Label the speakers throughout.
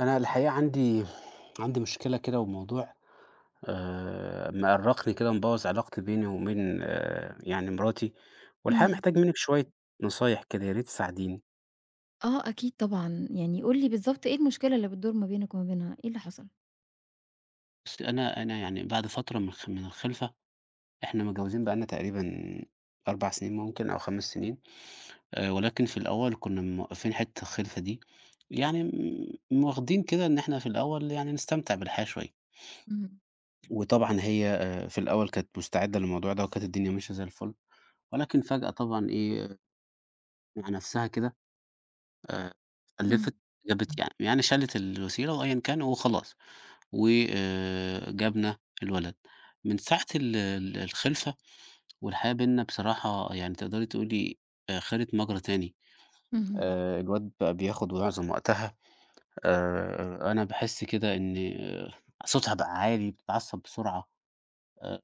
Speaker 1: أنا الحقيقة عندي مشكلة كده وموضوع مأرّقني كده ومبوّظ علاقتي بيني وبين يعني مراتي، والحقيقة
Speaker 2: إمم.
Speaker 1: محتاج منِّك شوية نصايح كده يا ريت تساعديني.
Speaker 2: آه أكيد طبعًا، يعني قُل لي بالضبط إيه المشكلة اللي بتدور ما بينك وما بينها، إيه اللي حصل؟
Speaker 1: بُصّي، أنا يعني بعد فترة من الخلفة، إحنا متجوّزين بقى لنا تقريبًا 4 سنين ممكن أو 5 سنين، ولكن في الأول كُنّا موقّفين حتّة الخلفة دي، يعني واخدين كده إن إحنا في الأول يعني نستمتع بالحياة شوية،
Speaker 2: اهم،
Speaker 1: وطبعًا هي في الأول كانت مستعدة للموضوع ده، وكانت الدنيا ماشية زي الفُل. ولكن فجأة طبعًا إيه، مع نفسها كده، آآ،
Speaker 2: إمم،
Speaker 1: ألّفت جابت، يعني شالت الوسيلة وأيًا كان وخلاص، وآآ، جابنا الولد. من ساعة ال ال الخلفة، والحياة بيننا بصراحة يعني تقدري تقولي خدت مجرى تاني.
Speaker 2: اهم،
Speaker 1: الواد بقى بياخد معظم وقتها. أنا باحس كده إن صوتها بقى عالي، بتتعصب بسرعة، آآ،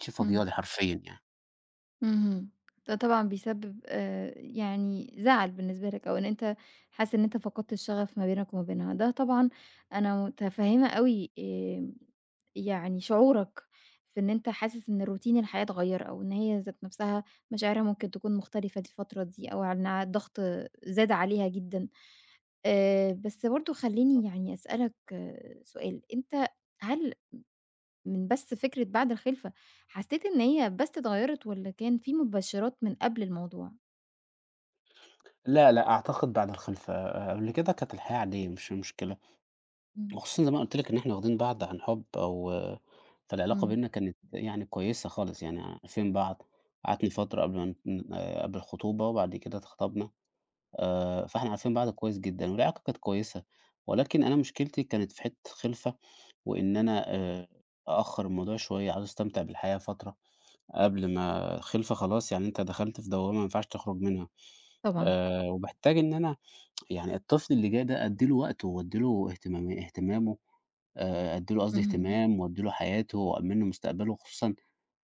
Speaker 1: شي
Speaker 2: إمم،
Speaker 1: فاضية لي حرفيًا يعني.
Speaker 2: اهم. ده طبعًا بيسبب يعني زعل بالنسبة لك أو إن أنت حاسس إن أنت فقدت الشغف ما بينك وما بينها، ده طبعًا أنا متفهمة أوي يعني شعورك في إن أنت حاسس إن روتين الحياة اتغيّر أو إن هي ذات نفسها مشاعرها ممكن تكون مختلفة دي الفترة دي أو إنها الضغط زاد عليها جدًا. بس برضه خلّيني يعني أسألك آه، سؤال، أنت هل من بس فكرة بعد الخلفة حسّيت إن هي بس اتغيّرت والّا كان في مبشرات من قبل الموضوع؟
Speaker 1: لا، لأ، أعتقد بعد الخلفة. آه، قبل كده كانت الحياة عادية مش مشكلة.
Speaker 2: إمم.
Speaker 1: وخصوصًا زي ما قُلت لك إن إحنا واخدين بعض عن حُب، أو فالعلاقة
Speaker 2: إمم،
Speaker 1: بيننا كانت يعني كويسة خالص، يعني عارفين بعض. قعدنا فترة قبل ما ن قبل الخطوبة، وبعد كده اتخطبنا. فإحنا عارفين بعض كويس جدًا والعلاقة كانت كويسة، ولكن أنا مشكلتي كانت في حتّة الخِلفة، وإن أنا أأخّر الموضوع شوية، عاوز أستمتع بالحياة فترة قبل ما الخِلفة خلاص، يعني أنت دخلت في دوّامة ما ينفعش تخرُج منها.
Speaker 2: طبعًا،
Speaker 1: وباحتاج إن أنا يعني الطفل اللي جاي ده أدّي له وقته، وأدّي له اهتمامه، أدّي له، قصدي،
Speaker 2: اهم،
Speaker 1: اهتمام، وأدّي له حياته، وأأمِّن له مستقبله، خصوصًا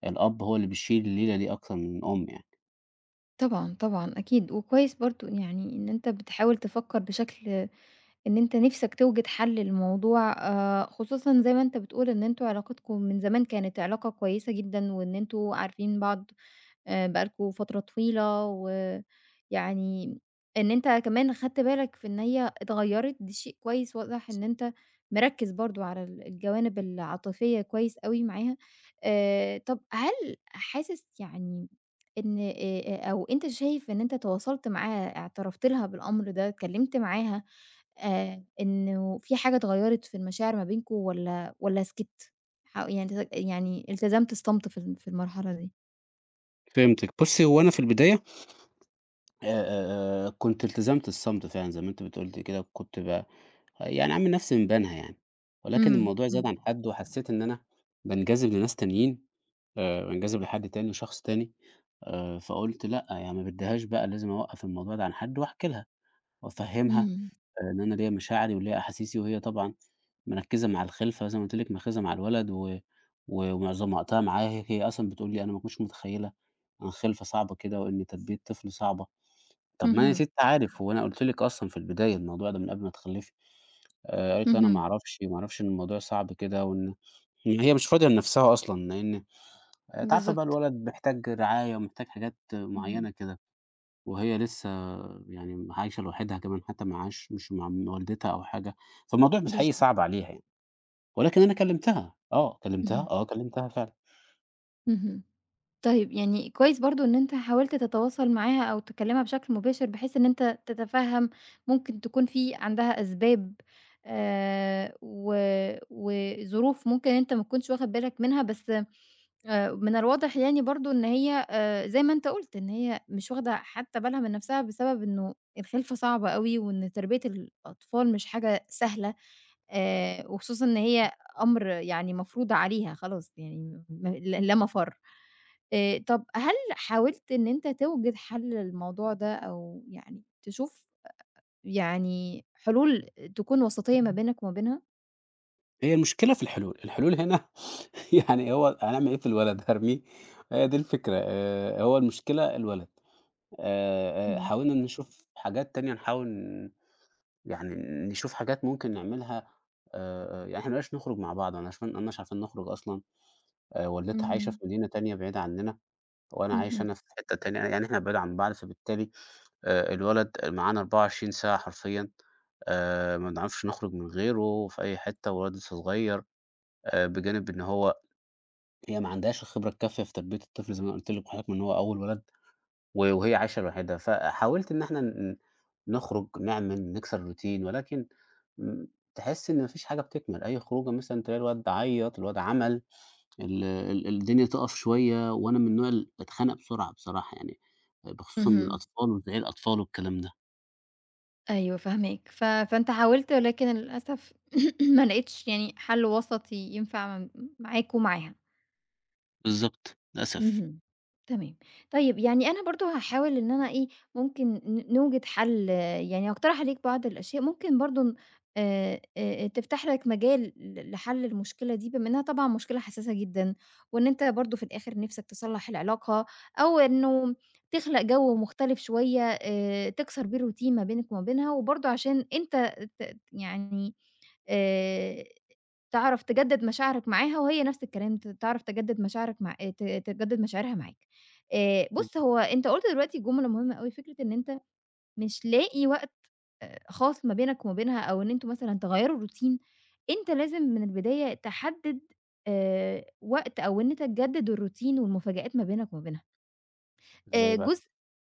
Speaker 1: الأب هو اللي بيشيل الليلة دي أكتر من الأم يعني.
Speaker 2: طبعًا، طبعًا أكيد، وكويس برضه يعني إن أنت بتحاول تفكّر بشكل إن أنت نِفْسك توجد حل للموضوع خصوصًا زي ما أنت بتقول إن أنتم علاقتكم من زمان كانت علاقة كويسة جدًا وإن أنتم عارفين بعض بقى لكم فترة طويلة، ويعني إن أنت كمان خدت بالك في إن هي اتغيّرت دي شيء كويس، واضح إن أنت مركّز برضه على الجوانب العاطفية كويس أوي معاها. طَب هل حاسس يعني إن أو أنت شايف إن أنت تواصلت معاها، اعترفت لها بالأمر ده، اتكلّمت معاها إنه في حاجة اتغيّرت في المشاعر ما بينكم والّا سكِت؟ يعني يعني التزمت الصمت في في المرحلة دي؟
Speaker 1: فهمتِك. بُصّي، هو أنا في البداية كنت التزمت الصمت فعلًا زي ما أنتِ بتقولي كده، كنت يعني عامل نفسي من بينها يعني. ولكن
Speaker 2: إمم،
Speaker 1: الموضوع زاد
Speaker 2: إمم.
Speaker 1: عن حدّه وحسّيت إن أنا بانجذب لناس تانيين. بانجذب لحد تاني وشخص تاني. فقُلت: لأ، يعني ما بدّيهاش بقى، لازم أوقّف الموضوع ده عن حدّه وأحكي لها وأفهّمها
Speaker 2: إمم،
Speaker 1: إن أنا ليّا مشاعري وليّا أحاسيسي، وهي طبعًا مركّزة مع الخِلفة زي ما قُلت لِك، مركّزة مع الولد و و ومعظم وقتها معاه. هي أصلًا بتقول لي: "أنا ما كنتش متخيّلة إن الخِلفة صعبة كده، وإن تربية طفل صعبة." طَب ما أنا يا
Speaker 2: اهم،
Speaker 1: سِتّي عارف، هو أنا قُلت لِك أصلًا في البداية الموضوع ده من قبل ما تخلّفي. قالت لي: "أنا ما
Speaker 2: اهم،
Speaker 1: أعرفش، ما أعرفش إن الموضوع صعب كده، وإن" إن هي مش فاضية لنَفْسها أصلًا، لإن أنتِ عارفة بقى
Speaker 2: بالضبط،
Speaker 1: الولد محتاج رعاية ومحتاج حاجات
Speaker 2: اهم،
Speaker 1: معيّنة كده، وهي لسّه يعني عايشة لوحدها كمان، حتّى معاهاش، مش مع والدتها أو حاجة، فالموضوع مش حقيقي
Speaker 2: بالضبط،
Speaker 1: صعب عليها يعني. ولكن أنا كلّمتها، آه، كلّمتها،
Speaker 2: اهم،
Speaker 1: آه، كلّمتها فعلًا.
Speaker 2: اهم. طيب يعني كويس برضه إن أنت حاولت تتواصل معاها أو تكلمها بشكل مباشر، بحيث إن أنت تتفهم ممكن تكون في عندها أسباب و وظروف ممكن أنت ما تكونش واخد بالك منها، بس من الواضح يعني برضه إن هي زي ما أنت قُلت إن هي مش واخدة حتى بالها من نفسها، بسبب إنه الخلفة صعبة أوي، وإن تربية الأطفال مش حاجة سهلة، وخصوصًا إن هي أمر يعني مفروض عليها خلاص يعني م ل لا مفر. طب هل حاولت إن أنت توجد حل للموضوع ده، أو يعني تشوف يعني حلول تكون وسطية ما بينك وما بينها؟
Speaker 1: هي المشكلة في الحلول. الحلول هنا يعني هو هنعمل إيه في الولد، هارميه؟ هي دي الفكرة. هو المشكلة الولد.
Speaker 2: إمم،
Speaker 1: حاولنا نشوف حاجات تانية، نحاول يعني نشوف حاجات ممكن نعملها. يعني إحنا ما بقيناش نخرج مع بعض، ما بقيناش عارفين نخرج أصلًا. والدتها عايشة
Speaker 2: اهم،
Speaker 1: في مدينة تانية بعيدة عنّنا، وأنا عايش
Speaker 2: اهم،
Speaker 1: أنا في حتّة تانية، يعني إحنا بعيد عن بعض، فبالتالي الولد معانا 24 ساعة حرفيًا. ما بنعرفش نخرج من غيره في أي حتّة، والولد لسه صغير، بجانب إن هي ما عندهاش الخبرة الكافية في تربية الطفل زي ما قُلت لِك وحضرتِك إن هو أول ولد، وهي عايشة لوحدها. فحاولت إن إحنا نخرج، نعمل، نكسر الروتين، ولكن م تحسّي إن ما فيش حاجة بتكمل. أي خروجة مثلًا تلاقي الواد عيّط، الواد عمل. ال ال الدنيا تُقف شوية، وأنا من النوع اللي باتخنق بسرعة بصراحة يعني، بخصوصًا من
Speaker 2: اهم.
Speaker 1: الأطفال وزعيق الأطفال والكلام ده.
Speaker 2: أيوه فاهماك، فأنت حاولت ولكن للأسف ما لقيتش يعني حل وسطي ينفع معاك ومعاها.
Speaker 1: بالضبط، للأسف.
Speaker 2: اهم، تمام. طيب، يعني أنا برضه هاحاول إن أنا إيه، ممكن نوجد حل آه، يعني هاقترح عليك بعض الأشياء ممكن برضه آآ تفتح لك مجال لحل المشكلة دي، بما إنها طبعًا مشكلة حساسة جدًا، وإن أنت برضه في الآخر نِفْسك تصلّح العلاقة أو إنه تخلق جو مختلف شوية تكسر بيه الroutine ما بينك وما بينها، وبرضه عشان أنت يعني آآ تعرف تجدد مشاعرك معاها، وهي نفس الكلام تعرف تجدد مشاعرك مع تجدد مشاعرها معاك. بُص
Speaker 1: بالضبط.
Speaker 2: هو أنت قُلت دلوقتي جملة مهمة أوي، فكرة إن أنت مش لاقي وقت خاص ما بينك وما بينها، أو إن أنتم مثلًا تغيّروا الروتين، أنت لازم من البداية تحدد وقت أو إن أنت تجدد الروتين والمفاجآت ما بينك وما بينها.
Speaker 1: إزاي
Speaker 2: آآ،
Speaker 1: بقى؟
Speaker 2: جزء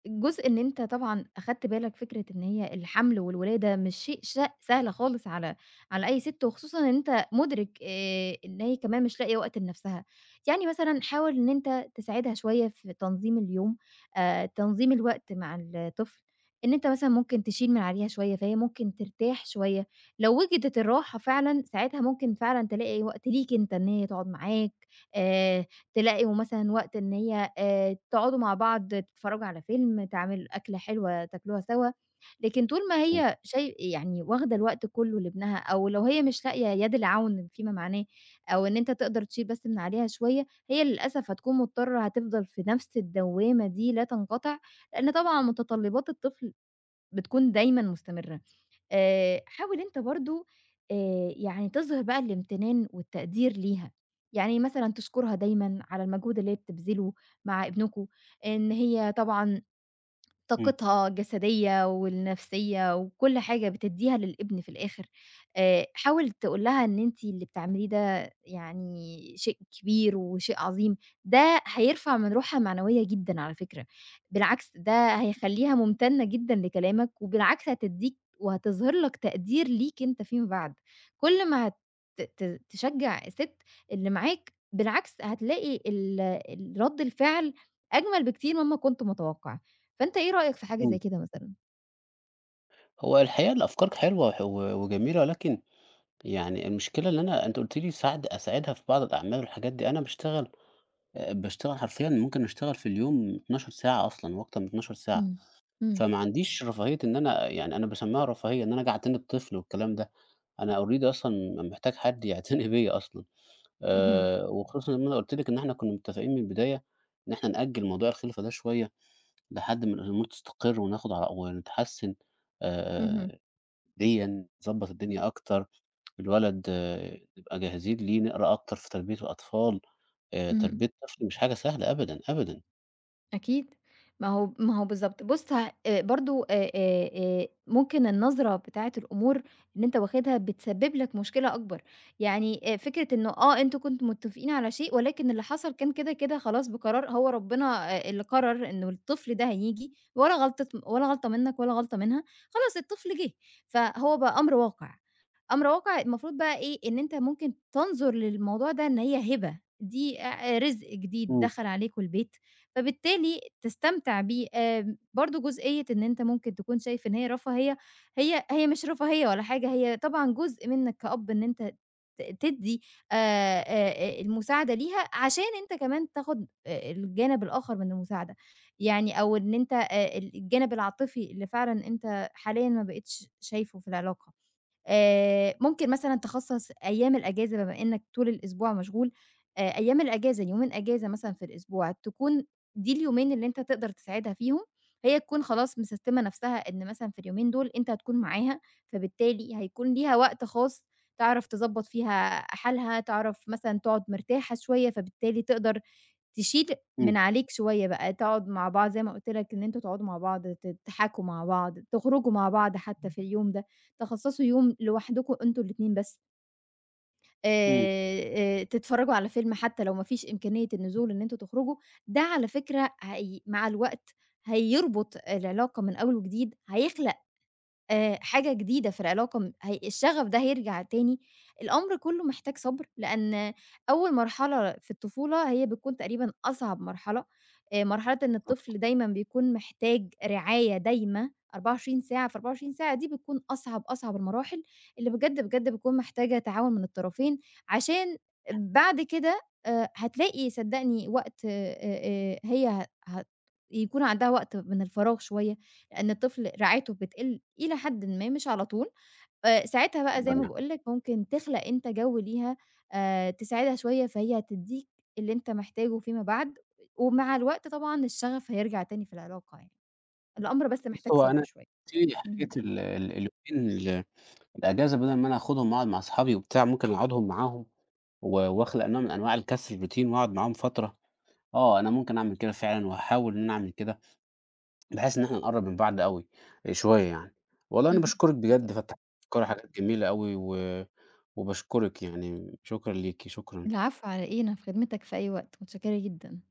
Speaker 2: جزء إن أنت طبعًا أخدت بالك فكرة إن هي الحمل والولادة مش شيء سهل خالص على على أي ست، وخصوصًا إن أنت مُدرك إن هي كمان مش لاقية وقت لنفسها. يعني مثلًا حاول إن أنت تساعدها شوية في تنظيم اليوم، تنظيم الوقت مع الطفل، إن أنت مثلًا ممكن تشيل من عليها شوية، فهي ممكن ترتاح شوية. لو وجدت الراحة فعلًا، ساعتها ممكن فعلًا تلاقي وقت ليك أنت، إن هي تقعد معاك آآ تلاقوا مثلًا وقت إن هي تقعدوا مع بعض تتفرّجوا على فيلم، تعملوا أكلة حلوة تاكلوها سوا، لكن طول ما
Speaker 1: إمم،
Speaker 2: هي يعني واخدة الوقت كُلّه لابنها أو لو هي مش لاقية يد العون فيما معناه أو إن أنت تقدر تشيل بس من عليها شوية، هي للأسف هتكون مضطرة هتفضل في نَفْس الدوّامة دي لا تنقطع، لإن طبعًا متطلّبات الطفل بتكون دايمًا مستمرة. حاول أنت برضه يعني تظهر بقى الامتنان والتقدير ليها، يعني مثلًا تشكرها دايمًا على المجهود اللي هي بتبذله مع ابنكم، إن هي طبعًا
Speaker 1: إمم،
Speaker 2: طاقتها الجسدية والنفسية وكل حاجة بتدّيها للابن في الآخر، حاول تقول لها إن أنتِ اللي بتعمليه ده يعني شيء كبير وشيء عظيم، ده هيرفع من روحها معنوية جدًا على فكرة، بالعكس ده هيخلّيها ممتنة جدًا لكلامك، وبالعكس هتدّيك وهتظهر لك تقدير ليك أنت فيما بعد، كل ما هت ت تشجّع الست اللي معاك بالعكس هتلاقي ال ال رد الفعل أجمل بكتير مما كنت متوقع. فأنت إيه رأيك في حاجة زي
Speaker 1: إمم.
Speaker 2: كده مثلًا؟
Speaker 1: هو الحقيقة الأفكار حلوة وح و وجميلة، ولكن يعني المشكلة اللي أنتِ قُلتِ لي أساعدها في بعض الأعمال والحاجات دي. أنا باشتغل حرفيًا ممكن أشتغل في اليوم 12 ساعة أصلًا وأكتر من 12 ساعة.
Speaker 2: إمم، إمم،
Speaker 1: فما عنديش رفاهية إن أنا، يعني أنا باسمّيها رفاهية، إن أنا آجي أعتني بطفل والكلام ده. أنا already أصلًا محتاج حد يعتني بيّا أصلًا.
Speaker 2: اهم،
Speaker 1: وخصوصًا لمّا أنا قُلت لِك إن إحنا كُنّا متّفقين من البداية إن إحنا نأجّل موضوع الخِلفة ده شوية لحد ما الأمور تستقر وناخُد على ونتحسّن
Speaker 2: اهم،
Speaker 1: آآ ماديًا، نضبّط الدنيا أكتر. الولد آه، نبقى جاهزين ليه، نقرا أكتر في تربية الأطفال.
Speaker 2: اهم.
Speaker 1: تربية طفل مش حاجة سهلة أبدًا، أبدًا.
Speaker 2: أكيد. ما هو بالضبط. بُص ه برضه آآ ممكن النظرة بتاعة الأمور اللي أنت واخدها بتسبب لك مشكلة أكبر. يعني فكرة إنه آه، أنتم كنتم متفقين على شيء ولكن اللي حصل كان كده، كده خلاص بقرار هو ربنا اللي قرر إنه الطفل ده هييجي ولا غلطة منّك ولا غلطة منها، خلاص الطفل جِه. فهو بقى أمر واقع. أمر واقع المفروض بقى إيه، إن أنت ممكن تنظر للموضوع ده إن هي هبة، دي أ رزق جديد
Speaker 1: إمم،
Speaker 2: دخل عليكم البيت فبالتالي تستمتع بيه. آمم، برضه جزئية إن أنت ممكن تكون شايف إن هي رفاهية، هي مش رفاهية ولا حاجة، هي طبعًا جزء منك كأب إن أنت تدّي المساعدة ليها عشان أنت كمان تاخد الجانب الآخر من المساعدة، يعني أو إن أنت الجانب العاطفي اللي فعلًا أنت حاليًا ما بقيتش شايفه في العلاقة. ممكن مثلًا تخصّص أيام الأجازة بما إنّك طول الأسبوع مشغول، أيام الأجازة يومين أجازة مثلًا في الأسبوع تكون دي اليومين اللي أنت تقدر تساعدها فيهم، هي تكون خلاص مسستمة نفسها إن مثلًا في اليومين دول أنت هتكون معاها، فبالتالي هيكون ليها وقت خاص تعرف تضبّط فيها حالها، تعرف مثلًا تقعد مرتاحة شوية، فبالتالي تقدر تشيل من عليك شوية بقى، تقعد مع بعض زي ما قُلت لك إن أنتم تقعدوا مع بعض، تضحكوا مع بعض، تخرجوا مع بعض حتى في اليوم ده. تخصّصوا يوم لوحدكم أنتم الاتنين بس،
Speaker 1: إمم،
Speaker 2: تتفرّجوا على فيلم حتى لو ما فيش إمكانية النزول إن أنتم تخرجوا، ده على فكرة هي مع الوقت هيربط العلاقة من أول وجديد، هيخلق حاجة جديدة في العلاقة هي الشغف ده هيرجع تاني، الأمر كُلّه محتاج صبر، لأن أول مرحلة في الطفولة هي بتكون تقريبًا أصعب مرحلة، مرحلة إن الطفل دايمًا بيكون محتاج رعاية دايمة 24 ساعة، في 24 ساعة دي بتكون أصعب، أصعب المراحل، اللي بجد، بجد بتكون محتاجة تعاون من الطرفين، عشان بعد كده هتلاقي صدّقني وقت آآ هي ه هت يكون عندها وقت من الفراغ شوية، إن الطفل رعايته بتقِل إلى حدٍ ما، مش على طول، ساعتها بقى زي ما
Speaker 1: إمم.
Speaker 2: باقول لك ممكن تخلق أنت جو ليها تساعدها شوية، فهي هتدّيك اللي أنت محتاجه فيما بعد، ومع الوقت طبعًا الشغف هيرجع تاني في العلاقة يعني، الأمر بس
Speaker 1: بُص،
Speaker 2: محتاج
Speaker 1: هو
Speaker 2: صبر
Speaker 1: أنا
Speaker 2: شوية.
Speaker 1: في حكاية
Speaker 2: اهم،
Speaker 1: ال ال اليومين الأجازة، بدل ما أنا آخُدهم وأقعد مع أصحابي وبتاع، ممكن أقعدهم معاهم، وأخلق نوع من أنواع الكسر الروتين وأقعد معاهم فترة. آه، أنا ممكن أعمل كده فعلًا وهاحاول إن أنا أعمل كده، بحيث إن إحنا نقرّب من بعض أوي شوية يعني. والله أنا
Speaker 2: اهم،
Speaker 1: باشكرك
Speaker 2: بالضبط.
Speaker 1: بجد، فتحت أفكار وحاجات جميلة أوي، وباشكرك يعني. شكرًا ليكِ، شكرًا.
Speaker 2: العفو على إيه، أنا في خدمتك في أي وقت، متشكرة جدًا.